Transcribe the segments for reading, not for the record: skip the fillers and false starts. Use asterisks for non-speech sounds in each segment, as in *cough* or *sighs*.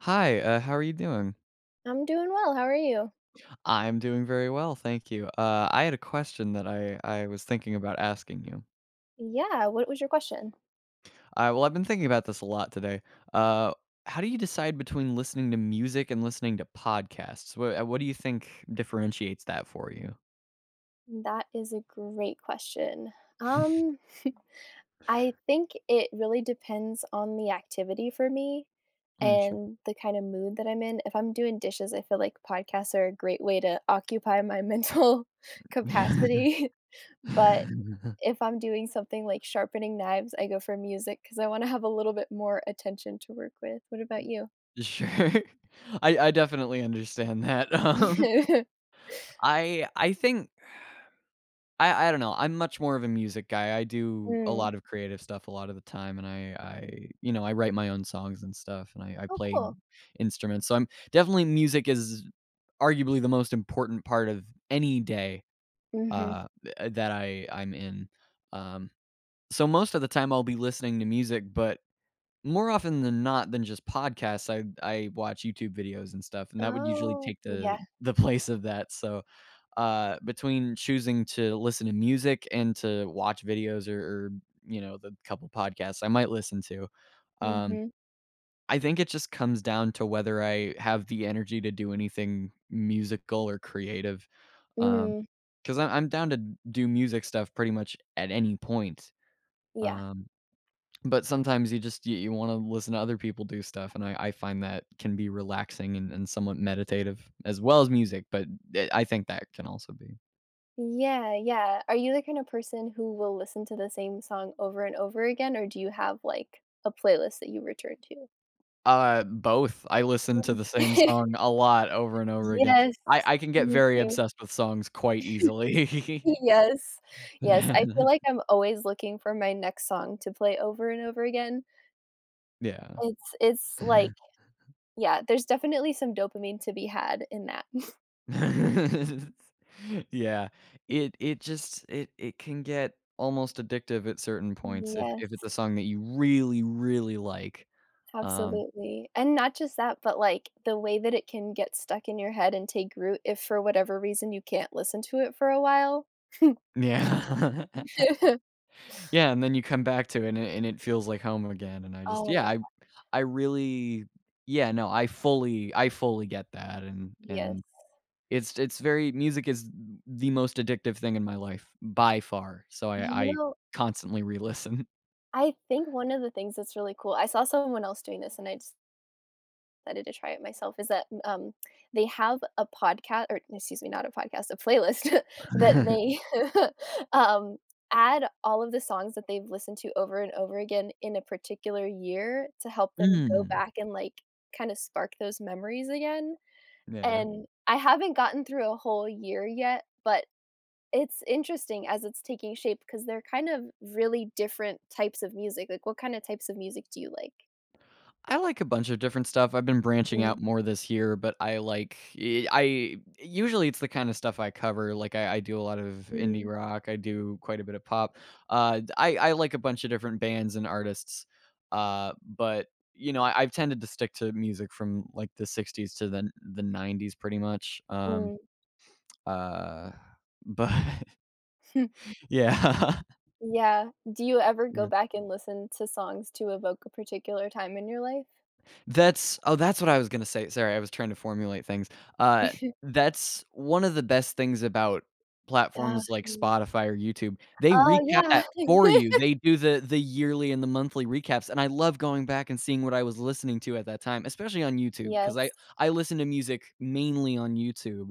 Hi, how are you doing? I'm doing well. How are you? I'm doing very well, thank you. I had a question that I was thinking about asking you. Yeah, what was your question? Well, I've been thinking about this a lot today. Uh, how do you decide between listening to music and listening to podcasts? What do you think differentiates that for you? That is a great question. Um, *laughs* I think it really depends on the activity for me Mm, sure. and the kind of mood that I'm in. If I'm doing dishes, I feel like podcasts are a great way to occupy my *laughs* mental capacity. *laughs* But if I'm doing something like sharpening knives, I go for music because I want to have a little bit more attention to work with. What about you? *laughs* Sure. *laughs* I definitely understand that. *laughs* *laughs* I think I don't know, I'm much more of a music guy. I do a Mm. lot of creative stuff a lot of the time, and I you know, I write my own songs and stuff, and I Oh, play cool. instruments, so I'm definitely music is arguably the most important part of any day, Hmm. Th that I'm in, um, so most of the time, I'll be listening to music, but more often than not than just podcasts, I watch YouTube videos and stuff, and that would usually Oh, take the yeah. the place of that. So between choosing to listen to music and to watch videos, or you know the couple podcasts I might listen to. Um, Mhm. I think it just comes down to whether I have the energy to do anything musical or creative. Um, Mm, because I'm down to do music stuff pretty much at any point. yeah. Um, but sometimes you just you want to listen to other people do stuff, and I find that can be relaxing and somewhat meditative as well as music. But I think that can also be. Yeah, yeah. Are you the kind of person who will listen to the same song over and over again, or do you have, like, a playlist that you return to? Both. I listen to Mm. the same *laughs* song a lot over and over again. Yes, I can get me very too. obsessed with songs quite *laughs* easily. Yes. Yes, I feel *laughs* like I'm always looking for my next song to play over and over again. Yeah. It's like, yeah, there's definitely some dopamine to be had in that. *laughs* *laughs* Yeah. It just it can get almost addictive at certain points if it's Yes. a song that you really, really like. Um, Absolutely, and not just that, but, like, the way that it can get stuck in your head and take root if for whatever reason you can't listen to it for a while. yeah. *laughs* *laughs* Yeah, and then you come back to it and it feels like home again, and I just Oh yeah, my I god, I really yeah, no, I fully get that, yes. and it's very music is the most addictive thing in my life by far, so You I know, constantly re-listen. I think one of the things that's really cool I saw someone else doing this and I just excited to try it myself is that they have a podcast or excuse me not a podcast a playlist *laughs* that *laughs* they *laughs* um, add all of the songs that they've listened to over and over again in a particular year to help them go Mm, back and like kind of spark those memories again. yeah. And I haven't gotten through a whole year yet, but it's interesting as it's taking shape because they're kind of really different types of music. Like, what kind of types of music do you like? I like a bunch of different stuff. I've been branching out Mm, more this year, but I like I usually it's the kind of stuff I cover. Like I do a lot of indie mm, rock. I do quite a bit of pop. I like a bunch of different bands and artists. But you know, I've tended to stick to music from like the '60s to the '90s, pretty much. Mm. uh, but *laughs* yeah. Yeah. Do you ever go *laughs* back and listen to songs to evoke a particular time in your life? That's oh, that's what I was gonna say. Sorry, I was trying to formulate things. Uh, *laughs* that's one of the best things about Ah, platforms like ye Spotify or YouTube. They oh, recap yeah. that for you. *laughs* They do the yearly and the monthly recaps, and I love going back and seeing what I was listening to at that time, especially on YouTube, because Yes. I listen to music mainly on YouTube.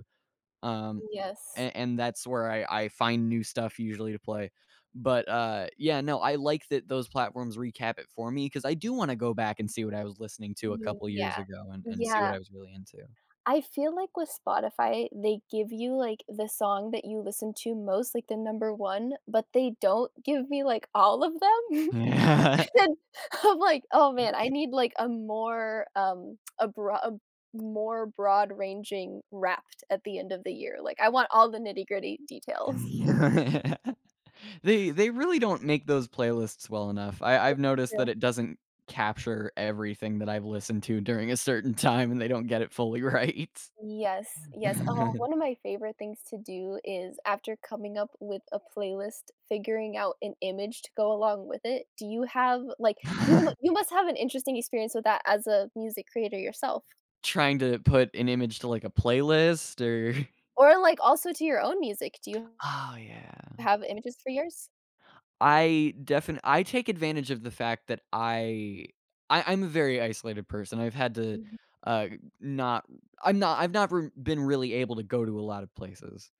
Um, Yes. and that's where I find new stuff usually to play. But yeah, no, I like that those platforms recap it for me because I do want to go back and see what I was listening to a Mm, couple yeah. years ago and see what Yeah. I was really into. I feel like with Spotify, they give you, like, the song that you listen to most, like, the number 1, but they don't give me, like, all of them. *laughs* Yeah. And *laughs* I'm like, "Oh, man, I need, like, a more, a broa a more broad-ranging Wrapped at the end of the year." Like, I want all the nitty-gritty details. *laughs* They really don't make those playlists well enough. I've It's noticed that true. it doesn't capture everything that I've listened to during a certain time and they don't get it fully right. Yes, yes. Oh, one *laughs* of my favorite things to do is after coming up with a playlist, figuring out an image to go along with it. Do you have, like you must have an interesting experience with that as a music creator yourself. Trying to put an image to like a playlist or *laughs* Or, like, also to your own music. Do you oh yeah. have images for yours? I take advantage of the fact that I'm a very isolated person. I've had to, Mhm. uh, not I'm not I've not re been really able to go to a lot of places,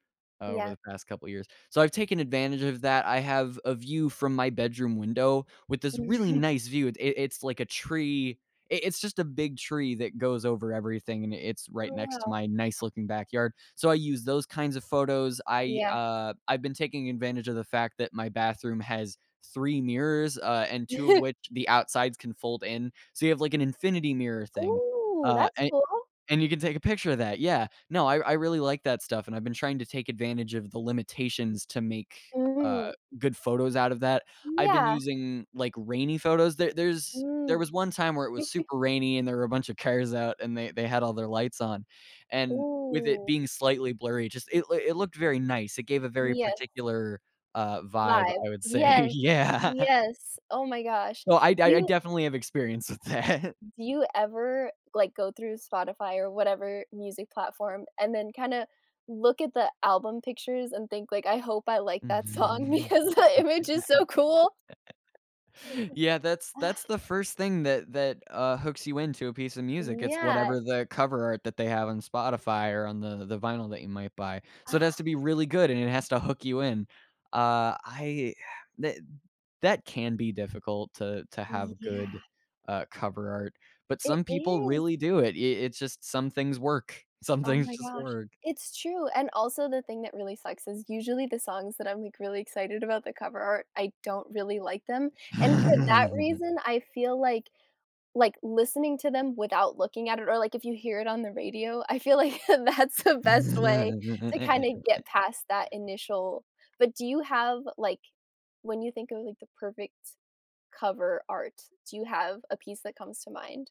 over Yeah. the past couple years. So I've taken advantage of that. I have a view from my bedroom window with this really *laughs* nice view. It's like a tree I it's just a big tree that goes over everything, and it's right Oh, next to wow. my nice looking backyard. So I use those kinds of photos. I Yeah. I've been taking advantage of the fact that my bathroom has three mirrors, and two of *laughs* which the outsides can fold in, so you have like an infinity mirror thing. Ooh, Uh, that's and cool. and you can take a picture of that, yeah. No, I really like that stuff, and I've been trying to take advantage of the limitations to make, uh, Mm. good photos out of that. I've been Yeah. using, like, rainy photos. There was Mm. one time where it was super rainy and there were a bunch of cars out and they had all their lights on, and with it Ooh. being slightly blurry, just it looked very nice. It gave a very Yes, particular, vibe, vibe. I would say. *laughs* Yes, Yeah. yes. Oh my gosh. So I Do I I you definitely have experience with that. do you ever, like, go through Spotify or whatever music platform and then kinda look at the album pictures and think, like, "I hope I *laughs* like that song *laughs* Mhm. because the image is so cool?" Yeah, that's *sighs* that's Ah, the first thing that hooks you into a piece of music. It's yeah. whatever the cover art that they have on Spotify or on the vinyl that you might buy. So it has to Ah, be really good and it has to hook you in. I that that can be difficult to have yeah. good, cover art, but It some people is. really do it. I it's just some things work. *laughs* Some Oh things my just gosh. work. It's true, and also the thing that really sucks is usually the songs that I'm, like, really excited about the cover art, I don't really like them, and for that reason, I feel like, listening to them without looking at it or, like, if you hear it on the radio, I feel like *laughs* that's the best way to kinda *laughs* get past that initial. But do you have, like when you think of, like, the perfect cover art, do you have a piece that comes to mind?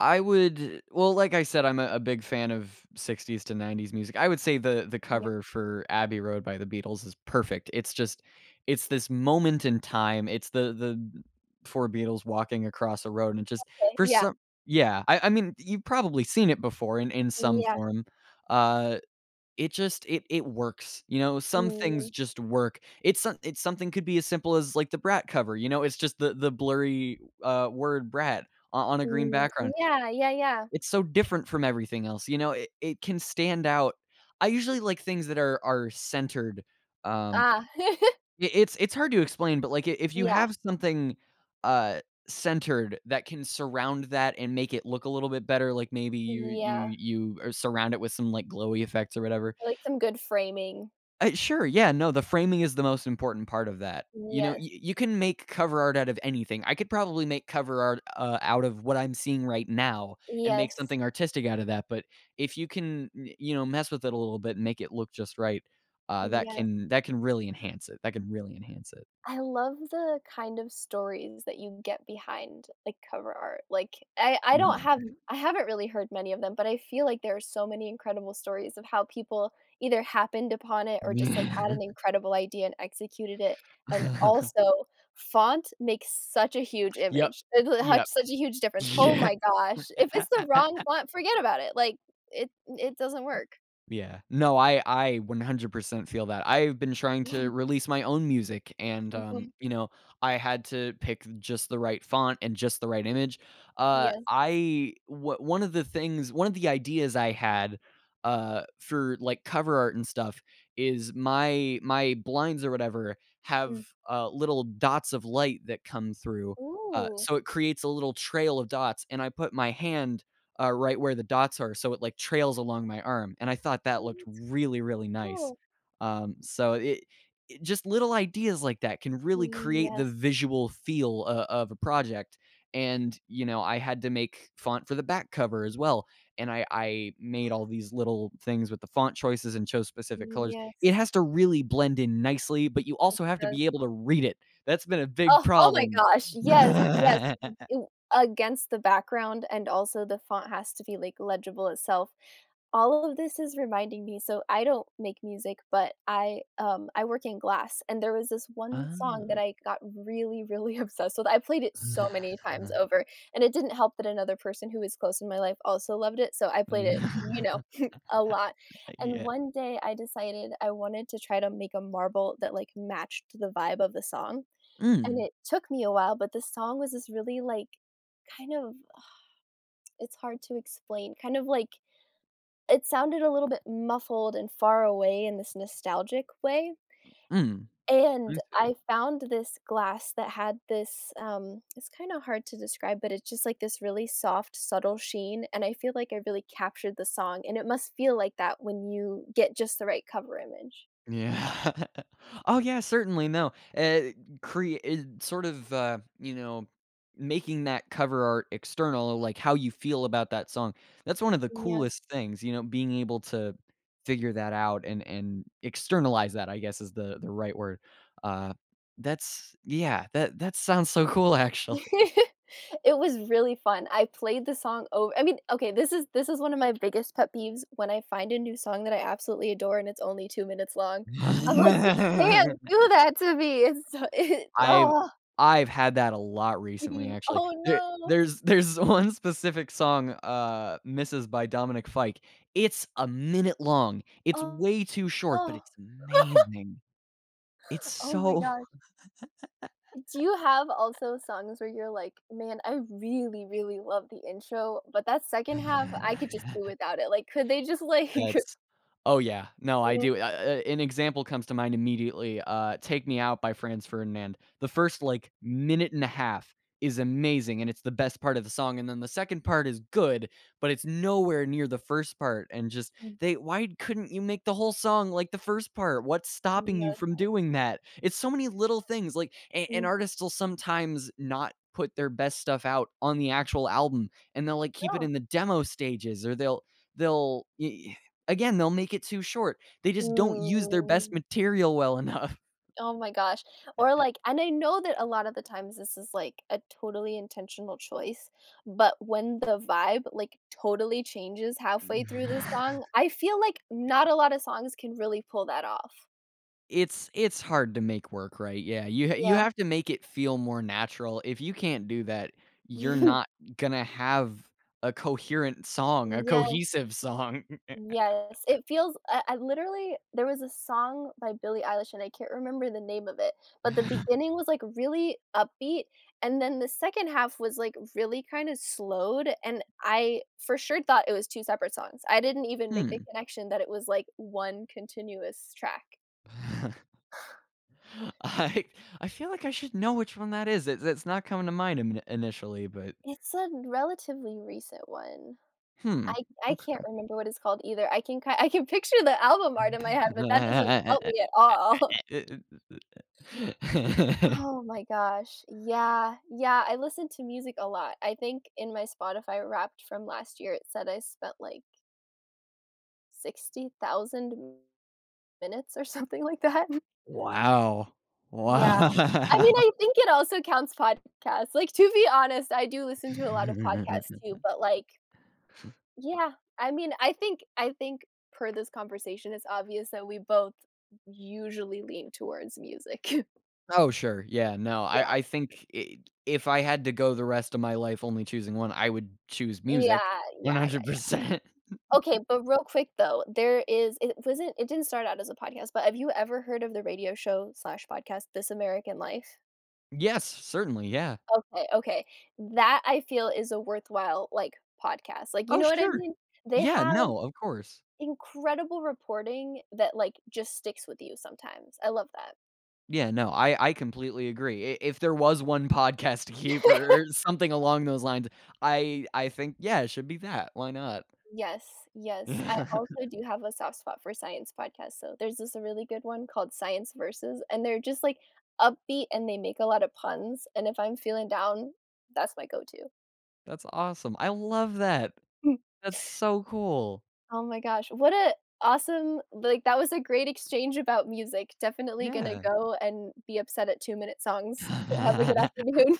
I would well, like I said, I'm a big fan of '60s to '90s music. I would say the Yeah. cover for Abbey Road by the Beatles is perfect. It's just it's this moment in time. It's the 4 Beatles walking across a road, and it just Okay, for yeah, some yeah, I mean, you've probably seen it before in some yeah, form. Uh, it just it works, you know? Some things mm. just work. It's some it's something could be as simple as, like, the Brat cover, you know? It's just the blurry, word "brat" o on a green Mm, background. yeah, yeah, yeah. It's so different from everything else, you know? It can stand out. I usually like things that are centered, um, Ah, *laughs* I it's hard to explain, but, like, I if you yeah, have something, uh, centered that can surround that and make it look a little bit better, like, maybe you yeah, you you, er, surround it with some, like, glowy effects or whatever, I like some good framing. Sure, yeah, no, the framing is the most important part of that. You know, y Yes, you can make cover art out of anything. I could probably make cover art, out of what I'm seeing right now and make yes, something artistic out of that, but if you can, y you know, mess with it a little bit and make it look just right, yes. That can really enhance it. That can really enhance it. I love the kind of stories that you get behind, like, cover art, like, I don't have, I haven't really heard many of them, but I feel like there are so many incredible stories of how people either happened upon it or just, like, had an *laughs* incredible idea and executed it, and *laughs* also font makes such a huge Yep. image, it l Yep. had such a huge difference. Oh Yeah. my gosh, if it's the wrong font, forget about it, like, it doesn't work. Yeah. No, I 100% feel that. I've been trying to *laughs* release my own music and Mhm, you know, I had to pick just the right font and just the right image. Yes, I what one of the ideas I had for like cover art and stuff is my blinds or whatever have mm, little dots of light that come through. Ooh, So it creates a little trail of dots and I put my hand right where the dots are, so it like trails along my arm, and I thought that oh, looked that's really, really nice. cool. Um, so it, it just little ideas like that can really create the Yes. visual feel of a project. And you know, I had to make font for the back cover as well, and I made all these little things with the font choices and chose specific colors. It Yes, has to really blend in nicely, but you it also have to does. be able to read it. That's been a big Oh, oh my problem. gosh, yes, yes, *laughs* it against the background, and also the font has to be, like, legible itself. All of this is reminding me so I don't make music, but I work in glass, and there was this one song that Ah. I got really, really *laughs* obsessed with. I played it so many times *sighs* *laughs* over, and it didn't help that another person who was close in my life also loved it, so I played it, you Mm. know, *laughs* *laughs* a lot. And Yeah. one day I decided I wanted to try to make a marble that, like, matched the vibe of the song, and Mm, it took me a while, but the song was this really, like, kind of it's hard to explain, kind of like it sounded a little bit muffled and far away in this nostalgic way, mm. and I see. I found this glass that had this, it's kinda hard to describe, but it's just, like, this really soft, subtle sheen, and I feel like I really captured the song, and it must feel like that when you get just the right cover image. Yeah. *laughs* Oh, yeah, certainly, no. Create. Sort of, you know, making that cover art external, like, how you feel about that song. That's one of the Yes. coolest things, you know, being able to figure that out and externalize that, I guess, is the right word. Uh, that's yeah, that sounds so cool, actually. *laughs* It was really fun. I played the song over. I mean, okay, this is one of my biggest pet peeves when I find a new song that I absolutely adore and it's only 2 minutes long. I'm like, "You can't *laughs* do that to me." It's so *laughs* it I've oh, I've had that a lot recently, *laughs* actually. oh There no. there's there's *laughs* one specific song, "Misses" by Dominic Fike. It's a minute long. It's Oh, way too short, but oh. it's *laughs* amazing. It's Oh my so gosh. Do you have also songs where you're like, "Man, I really, really love the intro, but that second half, I could just do *laughs* without it." Like, could they just like *laughs* That's oh, yeah. No, I Mm, do. An example comes to mind immediately, "Take Me Out" by Franz Ferdinand. The first, like, minute and a half is amazing, and it's the best part of the song, and then the second part is good, but it's nowhere near the first part, and just mm, they why couldn't you make the whole song like the first part? What's stopping you yes, from doing that? It's so many little things, like, a an mm, artist will sometimes not put their best stuff out on the actual album, and they'll, like, keep it no. in the demo stages, or they'll y again, they'll make it too short. They just don't use their best Mm. material well enough. Oh my gosh. Or like and I know that a lot of the times this is like a totally intentional choice, but when the vibe like totally changes halfway through the song, *laughs* I feel like not a lot of songs can really pull that off. It's hard to make work, right? Yeah, you Yeah. have to make it feel more natural. If you can't do that, you're not *laughs* gonna have a coherent song, a Yes. cohesive song. Yes, it feels I literally there was a song by Billie Eilish, and I can't remember the name of it, but the *laughs* beginning was, like, really upbeat, and then the second half was, like, really kinda slowed, and I for sure thought it was 2 separate songs. I didn't even make the Hmm. connection that it was, like, one continuous track. *laughs* I I feel like I should know which one that is. It's not coming to mind in initially, but, It's a relatively recent one. hmm, I can't okay. remember what it's called either. I can picture the album art in my head, but that doesn't help me at all. *laughs* Oh my gosh. Yeah. Yeah, I listen to music a lot. I think in my Spotify Wrapped from last year, it said I spent, like, 60,000 minutes or *laughs* something like that. Wow. Yeah. I Wow. mean, *laughs* I think it also counts podcasts. Like, to be honest, I do listen to a lot of podcasts too, but, like yeah. I mean, I think per this conversation, it's obvious that we both usually lean towards music. *laughs* Oh, sure, yeah, no, Yeah. I think I if I had to go the rest of my life only choosing one, I would choose music Yeah, yeah, yeah, yeah. 100%. Okay, but real quick though, there is it wasn't it didn't start out as a podcast, but have you ever heard of the radio show slash podcast This American Life? Yes, certainly, yeah. Okay, okay. That I feel is a worthwhile like podcast. Like, you Oh, know what I sure. mean? They Yeah, have no, of course. incredible reporting that like just sticks with you sometimes. I love that. Yeah, no, I completely agree. I If there was one podcast *laughs* to keep *laughs* or something along those lines, I think, yeah, it should be that, why not? Yes, yes. I *laughs* Yeah. also do have a soft spot for science podcasts, so there's this really good one called Science Versus, and they're just, like, upbeat and they make a lot of puns, and if I'm feeling down, that's my go-to. That's awesome, I love that. *laughs* That's so cool. Oh my gosh, what a awesome like, that was a great exchange about music. Definitely gonna Yeah. go and be upset at 2-minute songs. *laughs* Have a good afternoon.